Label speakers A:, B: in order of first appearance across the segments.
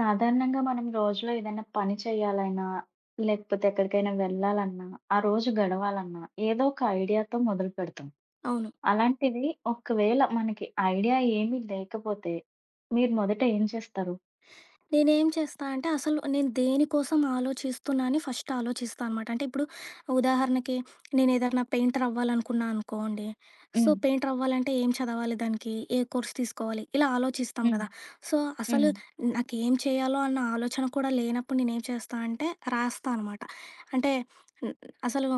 A: సాధారణంగా మనం రోజులో ఏదైనా పని చేయాలన్నా, లేకపోతే ఎక్కడికైనా వెళ్ళాలన్నా, ఆ రోజు గడవాలన్నా, ఏదో ఒక ఐడియాతో మొదలుపెడతాం.
B: అవును.
A: అలాంటిది ఒకవేళ మనకి ఐడియా ఏమీ లేకపోతే, మీరు మొదట ఏం చేస్తారు?
B: నేనేం చేస్తా అంటే, అసలు నేను దేనికోసం ఆలోచిస్తున్నా అని ఫస్ట్ ఆలోచిస్తా అనమాట. అంటే ఇప్పుడు ఉదాహరణకి నేనేదన్నా పెయింటర్ అవ్వాలనుకున్నా అనుకోండి. సో,
A: హ్మ్.
B: పెయింటర్ అవ్వాలంటే ఏం చదవాలి దానికి? ఏ కోర్స్ తీసుకోవాలి? ఇలా ఆలోచిస్తాం
A: హ్మ్.
B: కదా! సో,
A: హ్మ్.
B: అసలు నాకేం చేయాలో అన్న ఆలోచన కూడా లేనప్పుడు నేనేం చేస్తా అంటే, రాస్తా అనమాట. అంటే, న- అసలు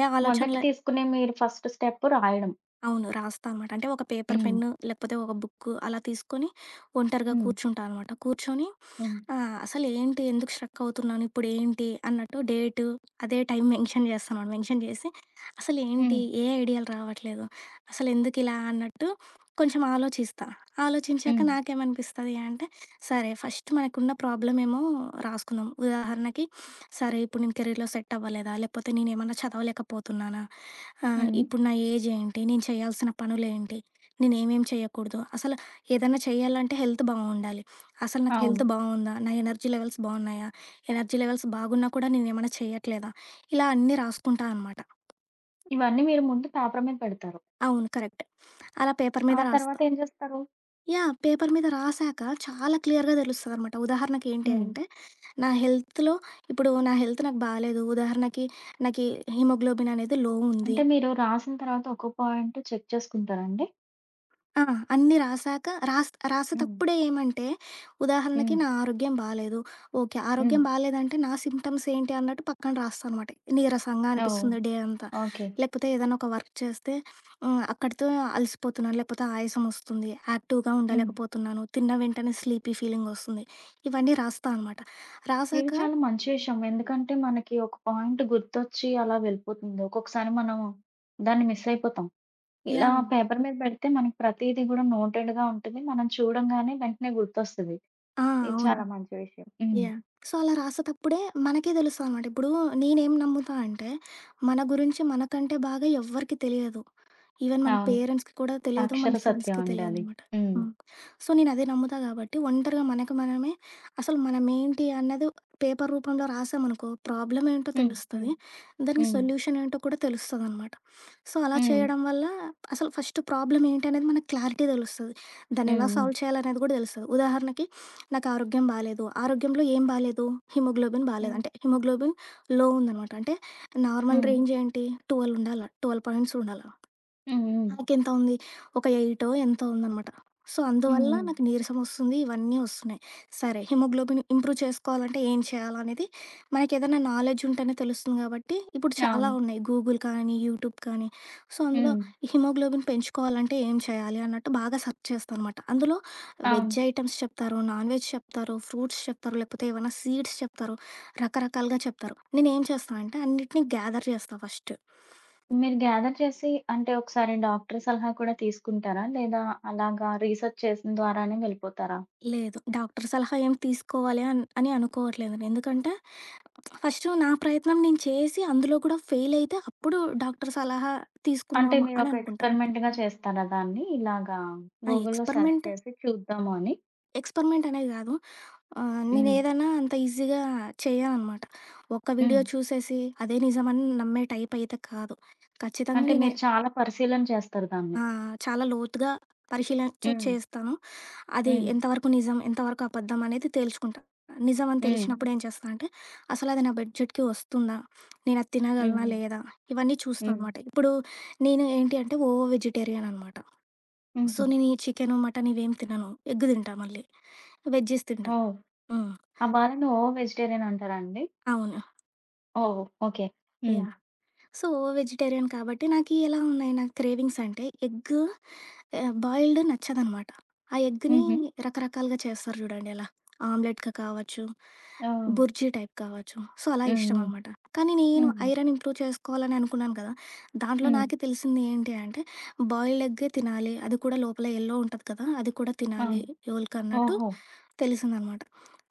B: ఏ ఆలోచన
A: మొదట
B: లే
A: తీసుకునే మీరు ఫస్ట్ స్టెప్ రాయడం.
B: అవును. రాస్తా అనమాట. అంటే ఒక పేపర్
A: హ్మ్.
B: పెన్ను, లేకపోతే ఒక బుక్కు అలా తీసుకొని ఒంటరిగా
A: హ్మ్.
B: కూర్చుంటా అనమాట. కూర్చొని
A: హ్మ్.
B: అసలేంటి? ఎందుకు స్ట్రక్ అవుతున్నాను? ఇప్పుడేంటి? అన్నట్టు డేటు, అదే టైం మెన్షన్ చేస్తానమాట. మెన్షన్ చేసి
A: హ్మ్.
B: అసలేంటి? ఏ ఐడియాలు రావట్లేదు? అసలెందుకిలా అన్నట్టు కొంచెం ఆలోచిస్తా. ఆలోచించాక
A: హ్మ్.
B: నాకేమనిపిస్తది అంటే, సరే ఫస్ట్ మనకున్న ప్రాబ్లమేమో రాసుకుందాం. ఉదాహరణకి, సరే ఇప్పుడు నేను కెరీర్‌లో సెట్ అవ్వలేదా? లేకపోతే నేనేమన్నా చదవలేకపోతున్నానా? ఆ!
A: హ్మ్.
B: ఇప్పుడు నా ఏజ్ ఏంటి? నేను చేయాల్సిన పనులేంటి? నేనేమేం చేయకూడదు? అసలు ఏదన్నా చేయాలంటే హెల్త్ బావుండాలి. అసలు నాకు
A: అవును.
B: హెల్త్ బావుందా? నా ఎనర్జీ లెవెల్స్ బావున్నాయా? ఎనర్జీ లెవెల్స్ బాగున్నా కూడా నేనేమన్నా చేయట్లేదా? ఇలా అన్నీ రాసుకుంటా అనమాట.
A: ఇవన్నీ మీరు ముందు పేపర్ మీద పెడతారు.
B: అవును. కరెక్ట్. అలా పేపర్
A: ఆ
B: మీద
A: తర్వాత
B: రాస్తా.
A: ఏం చేస్తారు?
B: యాహ్! పేపర్ మీద రాసాక చాలా క్లియర్‌గా తెలుస్తదనమాట. ఉదాహరణకి ఏంటి
A: హ్మ్.
B: అంటే, నా హెల్త్‌లో ఇప్పుడు నా హెల్త్ నాకు బాలేదు. ఉదాహరణకి నాకి హిమోగ్లోబిన్ అనేది లో ఉంది.
A: అంటే మీరు రాసిన తర్వాత ఒక్కో పాయింట్ చెక్ చేసుకుంటారా అండి?
B: ఆ! అన్నీ రాసాక
A: హ్మ్.
B: రాసేటప్పుడే ఏమంటే, ఉదాహరణకి
A: హ్మ్.
B: నా ఆరోగ్యం బాలేదు. ఓకే.
A: హ్మ్.
B: ఆరోగ్యం బాలేదంటే నా సింప్టమ్స్ ఏంటి అన్నట్టు పక్కన రాస్తా అనమాట. నీరసంగా
A: ఓహ్!
B: అనిపిస్తుంది డే అంతా.
A: ఓకే.
B: లేకపోతే ఏదైనా ఒక వర్క్ చేస్తే హ్మ్, అక్కడితో అలసిపోతున్నాను, లేకపోతే ఆయాసం వస్తుంది, యాక్టివ్‌గా
A: హ్మ్.
B: ఉండలేకపోతున్నాను, తిన్న వెంటనే స్లీపీ ఫీలింగ్ వస్తుంది. ఇవన్నీ రాస్తా అనమాట.
A: ఇది
B: రాసాక
A: చాలా మంచి విషయం. ఎందుకంటే మనకి ఒక పాయింట్ గుర్తొచ్చి అలా వెళ్ళిపోతుంది. ఒక్కొక్కసారి మనం దాన్ని మిస్ అయిపోతాం. ఇలా
B: యాహ్!
A: పేపర్ మీద పెడితే మనకి ప్రతీది గూడా నోటెడ్‌గా ఉంటది. మనం చూడంగానే వెంటనే గుర్తొస్తది.
B: ఆ!
A: ఇది
B: అవును.
A: చాలా మంచి విషయం. హ్మ్.
B: యాహ్! సో, అలా రాసేటప్పుడే మనకే తెలుస్తదనమాట. ఇప్పుడు నేనేం నమ్ముతా అంటే, మన గురించి మనకంటే బాగా ఎవ్వరికీ తెలియదు. ఈవెన్ మన
A: అవును.
B: పేరెంట్స్‌కి కూడా తెలియదు. మన
A: అక్షర సత్యం
B: ఫ్రెండ్స్‌కి
A: అండి అది.
B: తెలియదనమాట.
A: హ్మ్.
B: హ్మ్. సో, నేనదే నమ్ముతా కాబట్టి ఒంటరిగా మనకు మనమే అసలు మనమేంటి అన్నది పేపర్ రూపంలో రాసామనుకో, ప్రాబ్లమ్ ఏంటో
A: హ్మ్. హ్మ్.
B: తెలుస్తది. దానికి
A: హ్మ్.
B: సొల్యూషన్ ఏంటో కూడా తెలుస్తదనమాట. సో, అలా
A: హ్మ్.
B: చేయడం వల్ల అసలు ఫస్ట్ ప్రాబ్లమ్ ఏంటనేది మనకు క్లారిటీ తెలుస్తది. దాన్ని ఎలా
A: హ్మ్.
B: సాల్వ్ చేయాలనేది కూడా తెలుస్తది. ఉదాహరణకి నాకు ఆరోగ్యం బాలేదు. ఆరోగ్యంలో ఏం బాలేదు? హిమోగ్లోబిన్ బాలేదు.
A: హ్మ్.
B: అంటే హిమోగ్లోబిన్ లో ఉందనమాట. అంటే నార్మల్
A: హ్మ్.
B: రేంజ్ ఏంటి? 12 ఉండాల. 12 పాయింట్స్ ఉండాల.
A: హ్మ్. హ్మ్.
B: నాకెంత ఉంది? ఒక 8 ఎంతో ఉందనమాట. సో,
A: హ్మ్.
B: అందువల్ల
A: హ్మ్.
B: నాకు నీరసం వస్తుంది. ఇవన్నీ వస్తున్నాయి. సరే హిమోగ్లోబిన్ ఇంప్రూవ్ చేసుకోవాలంటే ఏం చేయాలనేది మనకేదైనా నాలెడ్జ్ ఉంటేనే తెలుస్తుంది కాబట్టి, ఇప్పుడు చాలా
A: అవును.
B: ఉన్నాయి. గూగుల్ కానీ, యూట్యూబ్ కానీ. సో, అందులో
A: హ్మ్.
B: హిమోగ్లోబిన్ పెంచుకోవాలంటే ఏం చేయాలి అన్నట్టు బాగా సెర్చ్ చేస్తానమాట. అందులో
A: అవును.
B: వెజ్ ఐటెమ్స్ చెప్తారు, నాన్ వెజ్ చెప్తారు, ఫ్రూట్స్ చెప్తారు, లేకపోతే ఏవైనా సీడ్స్ చెప్తారు. రకరకాలుగా చెప్తారు. నేనేం చేస్తా అంటే అన్నిటిని గ్యాదర్ చేస్తా ఫస్ట్.
A: మీరు గ్యాదర్ చేసి అంటే ఒకసారి డాక్టర్ సలహా కూడా తీసుకుంటారా? లేదా అలాగా రీసెర్చ్ చేసిన ద్వారానే వెళ్ళిపోతారా?
B: లేదు. డాక్టర్ సలహా ఏం తీసుకోవాలి అని అనుకోవట్లేదు. ఎందుకంటే, ఫస్ట్ నా ప్రయత్నం నేను చేసి అందులో కూడా ఫెయిల్ అయితే అప్పుడు డాక్టర్ సలహా
A: అంటే
B: తీసుకుందాము అని
A: మీరొక
B: అనుకుంటాను.
A: ఎక్స్‌పెరిమెంట్‌గా చేస్తారా దాన్ని? ఇలాగా
B: ఆ
A: గూగుల్‌లో సెర్చ్
B: ఎక్స్‌పరిమెంట్,
A: చేసి చూద్దాము అని.
B: ఎక్స్‌పరిమెంట్ అనేది కాదు.
A: హ్మ్.
B: నేనేదైనా అంత ఈజీగా చేయననమాట. ఒక్క
A: హ్మ్.
B: వీడియో చూసేసి అదే నిజమని నమ్మే టైప్ అయితే కాదు. ఖచ్చితంగా
A: అంటే
B: నేను
A: మీరు చాలా పరిశీలన చేస్తారు దాన్ని.
B: ఆ! చాలా లోతుగా పరిశీలన
A: హ్మ్.
B: చేస్తాను. అది
A: హ్మ్.
B: ఎంతవరకు నిజం, ఎంతవరకు అబద్ధం అనేది తేల్చుకుంటా. నిజం అని
A: హ్మ్.
B: తెలిసినప్పుడు ఏం చేస్తా అంటే, అసలది నా బడ్జెట్‌కి వస్తుందా? నేనది తినగలనా
A: హ్మ్.
B: లేదా? ఇవన్నీ చూస్తా
A: హ్మ్.
B: అనమాట. ఇప్పుడు నేను ఏంటి అంటే ఓ వెజిటేరియన్ అనమాట. సో,
A: హుహు.
B: నేను ఈ చికెను, మటన్ ఇవేం తినను. ఎగ్ తింటా మళ్ళీ. వెజ్జీస్ తింటా.
A: ఓహ్!
B: హ్మ్.
A: ఆ బాధని ఓ వెజిటేరియన్ అంటారా అండి?
B: అవును.
A: ఓహ్! ఓకే. హ్మ్.
B: యాహ్! సో, వెజిటేరియన్ కాబట్టి నాకీ ఎలా ఉన్నాయి నా క్రేవింగ్స్ అంటే ఎగ్ బాయిల్డ్ నచ్చదనమాట. ఆ ఎగ్‌ని
A: హుహు.
B: రకరకాలుగా చేస్తారు జూడండి ఎలా ఆమ్లెట్‌గా కావచ్చు,
A: ఓహ్!
B: బుర్జీ టైప్ కావచ్చు. సో, అలా
A: హ్మ్.
B: ఇష్టమనమాట. కానీ
A: హ్మ్.
B: నేను
A: హుహు.
B: ఐరన్ ఇంప్రూవ్ చేసుకోవాలని అనుకున్నాను కదా! దాంట్లో
A: హ్మ్.
B: నాకే తెలిసింది ఏంటి అంటే బాయిల్డ్ ఎగ్గే తినాలి. అది కూడా లోపల యెల్లో ఉంటది కదా! అది కూడా తినాలి
A: అవును.
B: ఎవలికన్నట్టు
A: ఓహో!
B: తెలిసిందనమాట.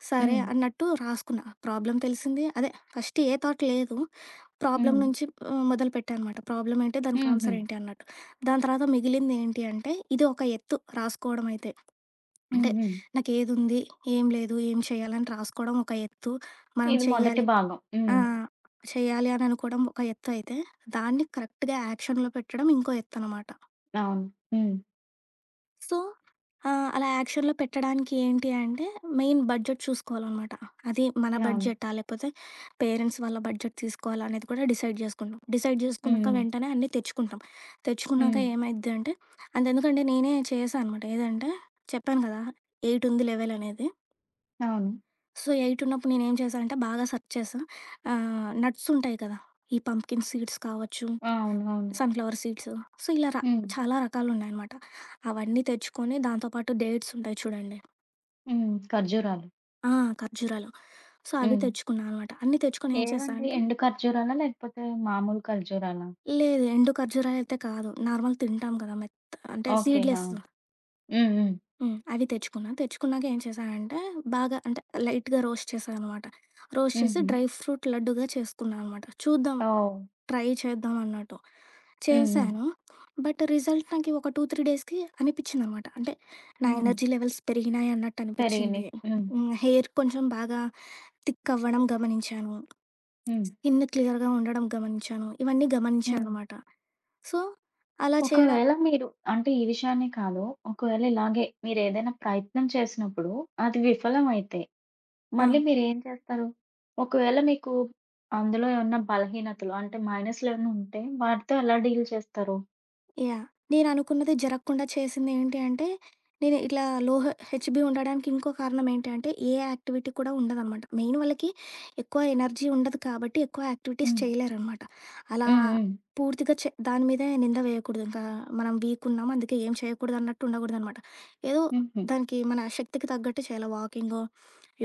B: సరే
A: హ్మ్.
B: అన్నట్టు రాసుకున్నా. ప్రాబ్లమ్ తెలిసింది. అదే ఫస్ట్ ఏ థాట్ లేదు. ప్రాబ్లమ్
A: హ్మ్.
B: నుంచి మొదలుపెట్టా అనమాట. ప్రాబ్లమ్ ఏంటి? దానికి
A: హుహు.
B: ఆన్సర్ ఏంటి అన్నట్టు. దాని తర్వాత మిగిలింది ఏంటి అంటే, ఇది ఒక ఎత్తు రాసుకోవడం అయితే.
A: హ్మ్.
B: అంటే
A: హ్మ్.
B: నాకేదుంది? ఏం లేదు? ఏం చేయాలని రాసుకోవడం ఒక ఎత్తు. మనం
A: ఇది మొదటి
B: చెయ్యాలి
A: భాగం.
B: ఆ!
A: హ్మ్.
B: చెయ్యాలి అని అనుకోవడం ఒక ఎత్తు అయితే, దాన్ని కరెక్ట్‌గా యాక్షన్‌లో పెట్టడం ఇంకో ఎత్తనమాట.
A: అవును. హ్మ్.
B: సో, అలా యాక్షన్‌లో పెట్టడానికి ఏంటి అంటే, మెయిన్ బడ్జెట్ చూసుకోవాలనమాట. అది మన
A: అవును.
B: బడ్జెటా? లేకపోతే పేరెంట్స్ వాళ్ళ బడ్జెట్ తీసుకోవాలా? అనేది కూడా డిసైడ్ జేసుకుంటాం. డిసైడ్ జేసుకున్నాక
A: హ్మ్.
B: వెంటనే అన్నీ తెచ్చుకుంటాం. తెచ్చుకున్నాక
A: హ్మ్.
B: ఏమైద్ది అంటే అంతెందుకంటే నేనే చేశా అనమాట. ఏదంటే చెప్పాను గదా! 8 ఉంది లెవెల్ అనేది.
A: అవును.
B: సో, 8 ఉన్నప్పుడు నేనేం చేశా అంటే బాగా సెర్చ్ చేశా. నట్స్ ఉంటాయి కదా! ఈ పంప్కిన్ సీడ్స్ కావచ్చు
A: అవును. అవును.
B: Sunflower seeds. సో, ఇలా
A: హ్మ్.
B: చాలా రకాలున్నాయనమాట. అవన్నీ తెచ్చుకొని దాంతో పాటు డేట్స్ ఉంటాయి చూడండి.
A: హ్మ్. ఖర్జూరాలు.
B: ఆ! ఖర్జూరాలు. సో, అవి
A: హ్మ్.
B: తెచ్చుకున్నా అనమాట. అన్నీ తెచ్చుకొని ఏం
A: ఏవండి?
B: చేశానంటే
A: ఎండు ఖర్జూరాలా? లేకపోతే మామూలు ఖర్జూరాలా?
B: లేదు ఎండు ఖర్జూరాలయితే కాదు. నార్మల్ తింటాం కదా! మెత్త అంటే
A: ఓకే. ఆ!
B: సీడ్‌లెస్
A: హ్మ్. హ్మ్.
B: హ్మ్. అవి తెచ్చుకున్నా. తెచ్చుకున్నాక ఏం చేశానంటే బాగా అంటే లైట్‌గా రోస్ట్ చేశాననమాట. రోస్ట్ చేసి
A: హుహు.
B: డ్రై ఫ్రూట్ లడ్డూగా చేసుకున్నా అనమాట. చూద్దాం
A: ఓహ్!
B: ట్రై చేద్దామన్నట్టు.
A: హ్మ్. హ్మ్.
B: చేశాను. బట్ రిజల్ట్ నాకి ఒక 2, 3 డేస్‌కి అనిపిచ్చిందనమాట. అంటే నా
A: హుహు.
B: ఎనర్జీ లెవెల్స్ పెరిగినాయి
A: పెరిగినియి.
B: అన్నట్టనిపిచ్చింది.
A: హ్మ్.
B: హ్మ్. హెయిర్ కొంచెం బాగా థిక్ అవ్వడం గమనించాను.
A: హ్మ్.
B: స్కిన్ క్లియర్‌గా ఉండడం గమనించాను. ఇవన్నీ
A: హ్మ్.
B: గమనించాననమాట. సో, అలా చేయడం
A: ఒకవేళ మీరు అంటే ఈ విషయానే కాదు. ఒకవేళ ఇలాగే మీరేదైనా ప్రయత్నం చేసినప్పుడు అది విఫలమైతే
B: ఆ!
A: మళ్ళీ మీరేం చేస్తారు? ఒకవేళ మీకు అందులో ఏమన్నా బలహీనతలు అంటే మైనస్‌లేమన్నా ఉంటే వాటితో ఎలా డీల్ చేస్తారు?
B: యాహ్! నేననుకున్నది జరగకుండా చేసింది ఏంటి అంటే, నేను ఇట్లా లో హెచ్‌బీ ఉండడానికి ఇంకో కారణం ఏంటి అంటే, ఏ యాక్టివిటీ కూడా ఉండదనమాట. మెయిన్ వాళ్ళకి ఎక్కువ ఎనర్జీ ఉండదు కాబట్టి, ఎక్కువ యాక్టివిటీస్
A: హ్మ్.
B: చేయలేరనమాట. అలా
A: హ్మ్. హ్మ్.
B: పూర్తిగా దాని మీదే నింద వేయకూడదు. ఇంకా మనం వీక్ ఉన్నాం, అందుకే ఏం చేయకూడదు అన్నట్టు ఉండకూడదనమాట. ఏదో
A: హుహు.
B: దానికి మన శక్తికి తగ్గట్టు చేయాలి. వాకింగో,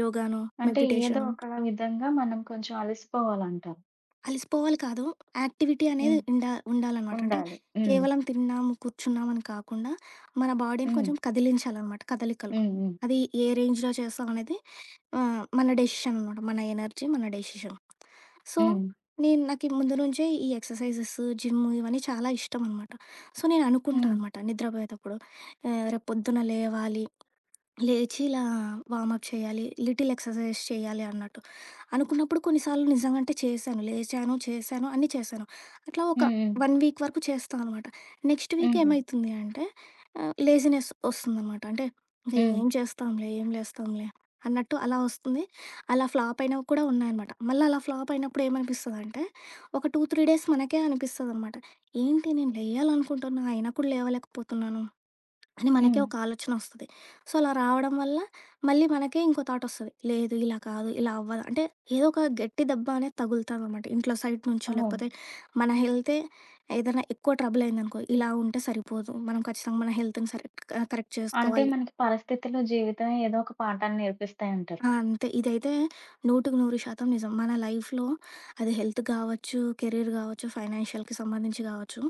B: యోగానో,
A: అంటే ఏదో
B: మెడిటేషనో.
A: ఒక విధంగా మనం కొంచెం అలసిపోవాలంటారు.
B: అలిసిపోవాలి కాదు. యాక్టివిటీ అనేది
A: హ్మ్.
B: ఉండాలనమాట. అంటే
A: ఉండాలి. హ్మ్.
B: కేవలం తిన్నాము, కూర్చున్నాం అని కాకుండా మన బాడీని
A: హ్మ్.
B: కొంచెం కదిలించాలనమాట కదలికలు.
A: హ్మ్. హ్మ్.
B: అది ఏ రేంజ్‌లో చేస్తాం అనేది మన డెసిషన్ అనమాట. మన ఎనర్జీ మన డెసిషన్. సో,
A: హ్మ్.
B: నాకి ముందు నుంచే ఈ ఎక్సర్‌సైజెస్, జిమ్ ఇవన్నీ చాలా ఇష్టం అనమాట. సో, నేను అనుకుంటా
A: హ్మ్.
B: అనమాట నిద్రపోయేటప్పుడు రేపు పొద్దున లేవాలి, లేచి ఇలా వార్మప్ చేయాలి, లిటిల్ ఎక్సర్‌సైజెస్ చేయాలి అన్నట్టు. అనుకున్నప్పుడు కొన్నిసార్లు నిజంగా అంటే చేశాను. లేచాను, చేశాను, అన్నీ చేశాను. అట్లా ఒక
A: హ్మ్. హ్మ్.
B: 1 వీక్ వరకు చేస్తా అనమాట. నెక్స్ట్ వీక్
A: హుహు.
B: ఏమైతుంది అంటే లేజినెస్ ఒస్తుందనమాట. అంటే ఇంక
A: హ్మ్.
B: ఏం చేస్తాంలే, ఏం లేస్తాంలే అన్నట్టు అలా ఒస్తుంది. అలా ఫ్లాప్ అయినవి కూడా ఉన్నాయనమాట. మళ్ళీ అలా ఫ్లాప్ అయినప్పుడు ఏమనిపిస్తదంటే ఒక 2, 3 డేస్ మనకే అనిపిస్తదనమాట. ఏంటి నేను లేయాలనుకుంటున్నా అయినా కూడా లేవలేకపోతున్నాను. అని మనకే
A: హ్మ్.
B: ఒక ఆలోచన వస్తది. సో, అలా రావడం వల్ల మళ్ళీ మనకే ఇంకో థాటొస్తది. లేదు ఇలా కాదు, ఇలా అవ్వదు. అంటే ఏదో ఒక గట్టి దెబ్బ అనేది తగులుతాదనమాట. ఇంట్లో సైడ్ నుంచో,
A: ఓహ్!
B: లేకపోతే మన హెల్తే ఏదైనా ఎక్కువ ట్రబుల్ అయిందనుకో, ఇలా ఉంటే సరిపోదు. మనం ఖచ్చితంగా మన హెల్త్‌ని కరెక్ట్
A: అంటే
B: చేసుకోవాలి. కరెక్ట్.
A: మనకి పరిస్థితులు, జీవితం ఏదో ఒక పాఠాన్ని నేర్పిస్తాయంటారు.
B: ఆ! అంతే. ఇదైతే 100% నిజం. మన లైఫ్‌లో అది హెల్త్ గావచ్చు, కెరీర్ గావచ్చు, ఫైనాన్షియల్‌కి సంబంధించి గావచ్చు,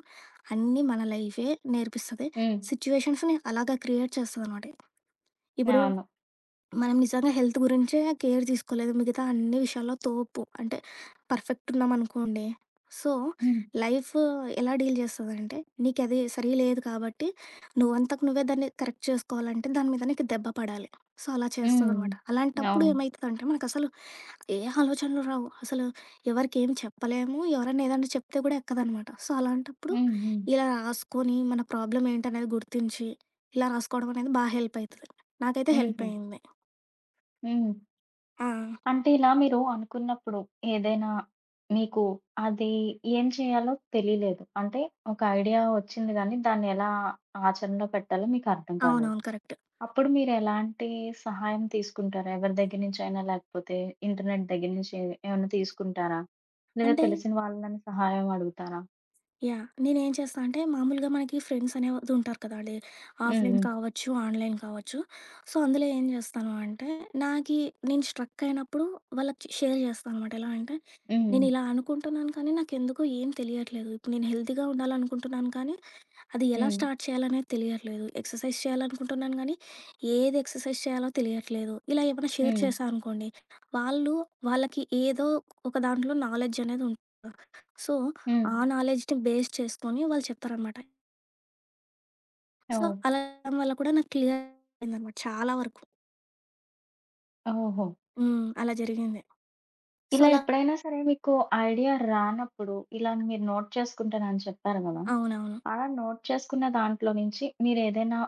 B: అన్నీ మన లైఫే నేర్పిస్తది.
A: హ్మ్.
B: సిట్యుయేషన్స్‌ని అలాగా క్రియేట్ చేస్తదనమాట. ఇప్పుడు
A: అవును.
B: మనం నిజంగా హెల్త్ గురించే కేర్ తీసుకోలేదు. మిగతా అన్ని విషయాల్లో తోపు. అంటే పర్ఫెక్ట్ ఉన్నామనుకోండి. సో,
A: హ్మ్.
B: లైఫ్ ఎలా డీల్ చేస్తదంటే, నీకది సరి లేదు కాబట్టి, నువ్వంతకు నువ్వే దాన్ని కరెక్ట్ చేసుకోవాలంటే, దాని మీద నీకు దెబ్బ పడాలి. సో, అలా
A: హ్మ్.
B: చేస్తదనమాట.
A: హ్మ్.
B: అలాంటప్పుడు
A: అవును.
B: ఏమైతదంటే, మనకసలు ఏ ఆలోచనలు రావు. అసలు ఎవరికేం చెప్పలేము. ఎవరన్నా ఏదన్నా చెప్తే కూడా ఎక్కదనమాట. సో, అలాంటప్పుడు
A: హ్మ్. హ్మ్.
B: ఇలా రాసుకొని, మన ప్రాబ్లమ్ ఏంటనేది గుర్తించి, ఇలా రాసుకోవడం అనేది బా హెల్ప్ అయితది. నాకైతే హెల్ప్
A: హుహు.
B: అయింది.
A: హ్మ్.
B: ఆ!
A: అంటే ఇలా మీరు అనుకున్నప్పుడు ఏదైనా మీకు అది ఏం చేయాలో తెలియలేదు. అంటే ఒక ఐడియా వచ్చింది గానీ, దాన్ని ఎలా ఆచరణలో పెట్టాలో మీకు అర్థం కాలేదు.
B: అవునవును. కరెక్ట్.
A: అప్పుడు మీరు ఎలాంటి సహాయం తీసుకుంటారు? ఎవరి దగ్గర నుంచైనా లేకపోతే ఇంటర్నెట్ దగ్గర నుంచి ఏమైనా తీసుకుంటారా? లేదా
B: అంటే
A: తెలిసిన వాళ్ళని సహాయం అడుగుతారా?
B: యాహ్! నేనేం చేస్తా అంటే మామూలుగా మనకి ఫ్రెండ్స్ అనేది ఉంటారు కదండీ!
A: హ్మ్.
B: ఆఫ్‌లైన్
A: హ్మ్.
B: కావచ్చు, ఆన్‌లైన్ కావచ్చు. సో, అందులో ఏం చేస్తాను అంటే నాకి నేను స్ట్రక్ అయినప్పుడు వాళ్ళకి షేర్ చేస్తాననమాట. ఎలా అంటే
A: హ్మ్.
B: నేనిలా అనుకుంటున్నాను కానీ నాకెందుకో ఏం తెలియట్లేదు. ఇప్పుడు నేను హెల్తీగా ఉండాలనుకుంటున్నాను కానీ అది ఎలా
A: హ్మ్.
B: స్టార్ట్ చేయాలనేది తెలియట్లేదు. ఎక్సర్సైజ్ చేయాలనుకుంటున్నాను గానీ, ఏది ఎక్సర్సైజ్ చేయాలో తెలియట్లేదు. ఇలా ఏమైనా షేర్
A: హ్మ్.
B: చేశా అనుకోండి, వాళ్ళు వాళ్ళకి ఏదో ఒక దాంట్లో నాలెడ్జ్ అనేది ఉంటుంది. సో,
A: హ్మ్.
B: ఆ నాలెడ్జ్‌ని బేస్ చేసుకొని వాళ్ళు చెప్తారనమాట. సో,
A: ఓహ్!
B: అలా చెప్పడం వల్ల కూడా నాకు క్లియర్ అయిందనమాట చాలా వరకు.
A: ఓహో!
B: హ్మ్. అలా జరిగింది. సో,
A: ఇలా
B: అలా
A: ఎప్పుడైనా సరే మీకు ఐడియా రానప్పుడు ఇలా మీరు నోట్ చేసుకుంటానని చెప్పారు గదా!
B: అవునవును.
A: అలా నోట్ చేసుకున్న దాంట్లో నుంచి మీరేదైనా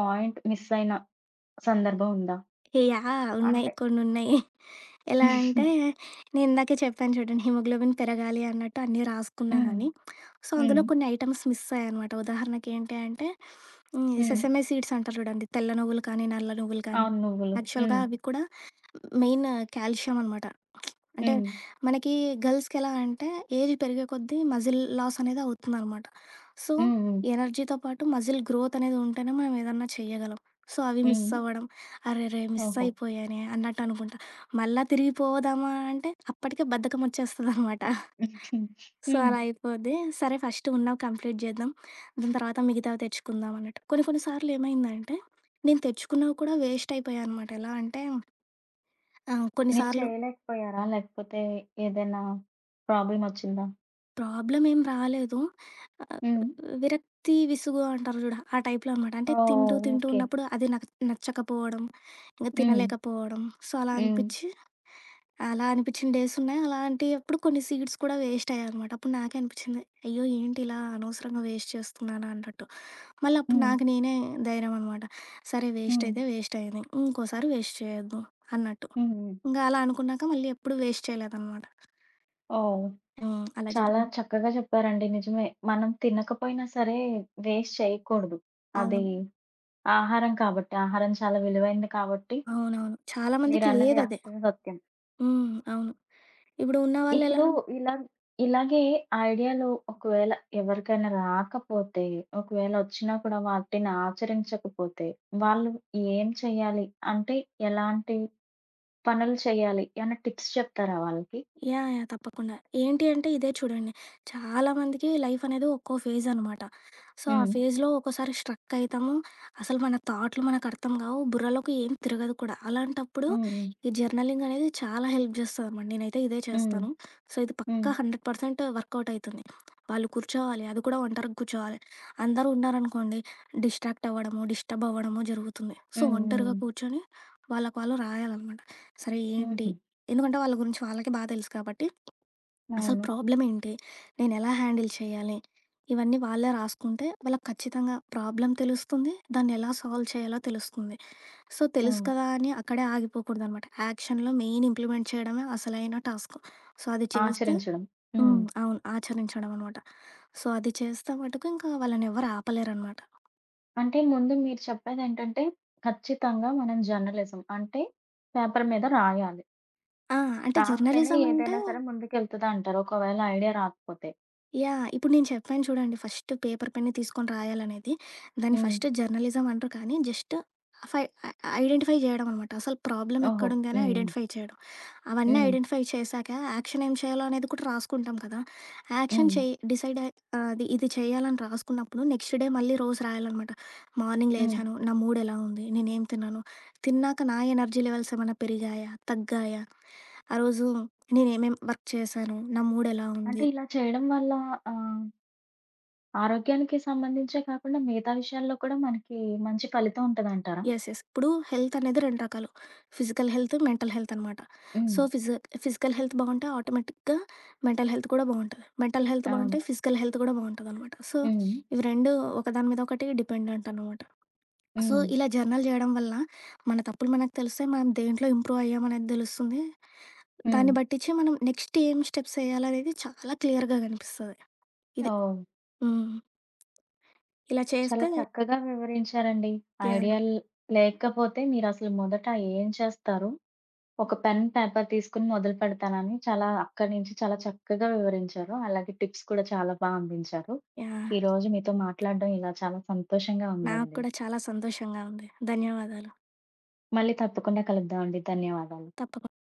A: పాయింట్ మిస్ అయిన సందర్భం ఉందా?
B: యాహ్! ఉన్నాయి
A: అంటే
B: కొన్నున్నాయి. ఎలా అంటే, నేనిందాకే చెప్పాను చూడండి హిమోగ్లోబిన్ పెరగాలి అన్నట్టు అన్నీ
A: హ్మ్.
B: రాసుకున్నానని. సో, అందులో
A: హ్మ్.
B: కొన్ని ఐటెమ్స్ మిస్ అయ్యాయనమాట. ఉదాహరణకి ఏంటి అంటే,
A: హ్మ్.
B: సెసమే సీడ్స్ అంటారు చూడండి. తెల్ల నువ్వులు కానీ, నల్ల నువ్వులు కానీ,
A: అవును. నువ్వులు.
B: యాక్చువల్‌గా
A: హ్మ్.
B: అవి కూడా మెయిన్ కాల్షియం అనమాట. అంటే
A: హ్మ్.
B: మనకి గర్ల్స్‌కి ఎలా అంటే ఏజ్ పెరిగే కొద్దీ మజిల్ లాస్ అనేది అవుతుందనమాట. సో,
A: హ్మ్. హ్మ్.
B: ఎనర్జీతో పాటు మజిల్ గ్రోత్ అనేది ఉంటేనే మనం ఏదన్నా చేయగలం. సో, అవి మిస్
A: హ్మ్.
B: అవ్వడం, అరెరే! మిస్
A: ఓహో!
B: అయిపోయానే అన్నట్టు అనుకుంటా. మళ్ళా తిరిగి పోదామా అంటే అప్పటికే బద్ధకం వచ్చేస్తదనమాట. సో,
A: హ్మ్.
B: అలా అయిపోద్ది. సరే ఫస్ట్ ఉన్నవి కంప్లీట్ చేద్దాం. దాని తర్వాత మిగతావి తెచ్చుకుందాం అన్నట్టు. కొన్ని కొన్ని సార్లు ఏమైందంటే నేను తెచ్చుకున్నవి కూడా వేస్ట్ అయిపోయాయనమాట. ఎలా అంటే కొన్ని
A: మీరు
B: సార్లు
A: చేయలేకపోయారా? లేకపోతే ఏదైనా ప్రాబ్లమ్ వచ్చిందా?
B: ప్రాబ్లమ్ ఏం రాలేదు. ఆహ్,
A: హ్మ్.
B: విరక్తి, విసుగు అంటారు చూడు ఆ టైప్‌లో అనమాట. అంటే తింటూ,
A: ఓహ్!
B: తింటూ
A: ఓకే.
B: ఉన్నప్పుడు అది నాకు నచ్చకపోవడం, ఇంక
A: హ్మ్.
B: తినలేకపోవడం. సో, అలా
A: హ్మ్.
B: అనిపిచ్చి అలా అనిపిచ్చిన డేస్ ఉన్నాయి. అలాంటియప్పుడు కొన్ని సీడ్స్ కూడా వేస్ట్ అయ్యాయనమాట. అప్పుడు నాకే అనిపిచ్చింది, అయ్యో! ఏంటి ఇలా అనవసరంగా వేస్ట్ చేస్తున్నానా అన్నట్టు. మళ్ళీ అప్పుడు
A: హ్మ్.
B: నాకు నేనే ధైర్యం అనమాట. సరే వేస్ట్
A: హ్మ్.
B: అయితే వేస్ట్ అయింది. ఇంకోసారి వేస్ట్ చేయొద్దు అన్నట్టు.
A: హ్మ్.
B: ఇంక అలా అనుకున్నాక మళ్ళీ ఎప్పుడు వేస్ట్ చేయలేదనమాట.
A: ఓహ్!
B: హ్మ్. అలా
A: చాలా
B: జరిగింది.
A: చక్కగా చెప్పారండి. నిజమే. మనం తినకపోయినా సరే వేస్ట్ చేయకూడదు. అది
B: అవును.
A: ఆహారం కాబట్టి. ఆహారం చాలా విలువైంది కాబట్టి
B: అవునవును. చాలా మందికి
A: మీరన్నది
B: లేదదే.
A: అక్షర సత్యం.
B: హ్మ్. అవును. ఇప్పుడు ఉన్నవాళ్ళెలా?
A: ఇప్పుడు ఇలా ఇలాగే ఐడియాలు ఒకవేళ ఎవరికైనా రాకపోతే, ఒకవేళ వచ్చినా కూడా వాటిని ఆచరించకపోతే, వాళ్ళు ఏం చేయాలి? అంటే ఎలాంటి పనులు చేయాలి? ఏమైనా టిప్స్ చెప్తారా వాళ్ళకి?
B: యాహ్! యాహ్! తప్పకుండా. ఏంటి అంటే ఇదే చూడండి. చాలామందికి లైఫ్ అనేది ఒక్కో ఫేజ్ అనమాట. సో, ఆ
A: హ్మ్.
B: ఫేజ్‌లో ఒక్కోసారి స్ట్రక్ అయితాము. అసలు మన థాట్‌లు మనకు అర్థం కావు. బుర్రలోకి ఏం తిరగదు కూడా. అలాంటప్పుడు
A: హ్మ్.
B: ఈ జర్నలింగ్ అనేది చాలా హెల్ప్ చేస్తదనమాట. నేనైతే ఇదే
A: హ్మ్.
B: చేస్తాను. సో, ఇది
A: హ్మ్.
B: పక్కా 100% వర్కౌట్ అయితుంది. వాళ్ళు కూర్చోవాలి. అది కూడా ఒంటరిగా కూర్చోవాలి. అందరూ ఉన్నారనుకోండి డిస్ట్రాక్ట్ అవ్వడము, డిస్టర్బ్ అవ్వడము జరుగుతుంది. సో,
A: హ్మ్. హ్మ్.
B: ఒంటరిగా
A: హ్మ్.
B: కూర్చొని వాళ్ళకి వాళ్ళు రాయాలనమాట. సరే ఏంటి?
A: హుహు.
B: ఎందుకంటే వాళ్ళ గురించి వాళ్ళకి బాగా తెలుసు కాబట్టి, అసలు
A: అవును.
B: ప్రాబ్లమ్ ఏంటి? నేను ఎలా హ్యాండిల్ చేయాలి? ఇవన్నీ వాళ్ళే రాసుకుంటే వాళ్ళకి ఖచ్చితంగా ప్రాబ్లమ్ తెలుస్తుంది. దాన్ని ఎలా సాల్వ్ చేయాలో తెలుస్తుంది. సో, తెలుసు
A: హ్మ్.
B: కదా అని అక్కడే ఆగిపోకూడదనమాట. యాక్షన్‌లో మెయిన్ ఇంప్లిమెంట్ చేయడమే అసలైన టాస్క్. సో, అది చేస్తే
A: ఆచరించడం.
B: హ్మ్.
A: హ్మ్.
B: అవును. ఆచరించడం అనమాట. సో, అది చేస్తే మటుకు ఇంకా వాళ్ళనెవ్వరు ఆపలేరనమాట.
A: అంటే ముందు మీరు చెప్పేదేంటంటే, ఖచ్చితంగా మనం జర్నలిజం అంటే పేపర్ మీద రాయాలి.
B: ఆ! అంటే
A: రాస్తేనే
B: జర్నలిజం అంటే
A: ఏదైనా సరే ముందుకెళ్తదంటారు. ఒకవేళ ఐడియా రాకపోతే.
B: యాహ్! ఇప్పుడు నేను చెప్పాను చూడండి ఫస్ట్ పేపర్ పెన్ తీసుకొని రాయాలనేది. దాన్ని
A: హ్మ్.
B: ఫస్ట్ జర్నలిజం అనరు కానీ జస్ట్ ఫై ఐ ఐడెంటిఫై చేయడం అనమాట. అసలు ప్రాబ్లమ్
A: ఓహో!
B: ఎక్కడుంది అని
A: హ్మ్.
B: ఐడెంటిఫై చేయడం. అవన్నీ
A: హ్మ్.
B: ఐడెంటిఫై చేశాక యాక్షన్ ఏం చేయాలో అనేది కూడా రాసుకుంటాం కదా! యాక్షన్
A: హ్మ్.
B: చేయి డిసైడ్ అయి అది ఇది చేయాలని రాసుకున్నప్పుడు నెక్స్ట్ డే మళ్ళీ రోజు రాయాలనమాట. మార్నింగ్
A: హ్మ్.
B: లేచాను, నా మూడ్ ఎలా ఉంది? నేనేం తిన్నాను? తిన్నాక నా ఎనర్జీ లెవెల్స్ ఏమన్నా పెరిగాయా? తగ్గాయా? ఆ రోజు నేనేమేం వర్క్ చేశాను? నా మూడ్ ఎలా
A: అంటే
B: ఉంది?
A: ఇలా చేయడం వల్ల ఆహ్, ఆరోగ్యానికి సంబంధించే కాకుండా మిగతా విషయాల్లో కూడా మనకి మంచి ఫలితం ఉంటదంటారా?
B: యెస్. యెస్. ఇప్పుడు హెల్త్ అనేది 2 రకాలు. ఫిజికల్ హెల్త్, మెంటల్ హెల్త్ అనమాట.
A: హ్మ్.
B: సో, ఫిజికల్ హెల్త్ బావుంటే ఆటోమేటిక్‌గా మెంటల్ హెల్త్ కూడా బావుంటది. మెంటల్ హెల్త్ బావుంటే
A: అవును.
B: ఫిజికల్ హెల్త్ కూడా బావుంటదనమాట. సో,
A: హ్మ్.
B: ఇవి 2 ఒకదాని మీద ఒకటి డిపెండెంట్ అనమాట. సో,
A: హ్మ్.
B: ఇలా జర్నల్ జేయడం వల్ల మన తప్పులు మనకు తెలుస్తాయి. మనం దేంట్లో ఇంప్రూవ్ అయ్యామనేది దెలుస్తుంది.
A: హ్మ్.
B: దాన్ని బట్టిచ్చి మనం నెక్స్ట్ ఏం స్టెప్స్ ఎయ్యాలనేది చాలా క్లియర్‌గా గనిపిస్తది. ఇది
A: ఓహ్!
B: హ్మ్. ఇలా
A: చాలా
B: చేస్తే
A: చక్కగా వివరించారండి.
B: యాహ్!
A: ఐడియాలు లేకపోతే మీరసలు మొదట ఏం చేస్తారు? ఒక పెన్, పేపర్ తీసుకొని మొదలు పెడతానని చాలా అక్కడి నుంచి చాలా చక్కగా వివరించారు. అలాగే టిప్స్ కూడా చాలా బా అందించారు.
B: యాహ్!
A: ఈరోజు మీతో మాట్లాడడం ఇలా చాలా సంతోషంగా
B: నాకు
A: ఉందండి.
B: కూడా చాలా సంతోషంగా ఉంది. ధన్యవాదాలు.
A: మళ్ళీ తప్పకుండా కలుద్దామండి. ధన్యవాదాలు.
B: తప్పకు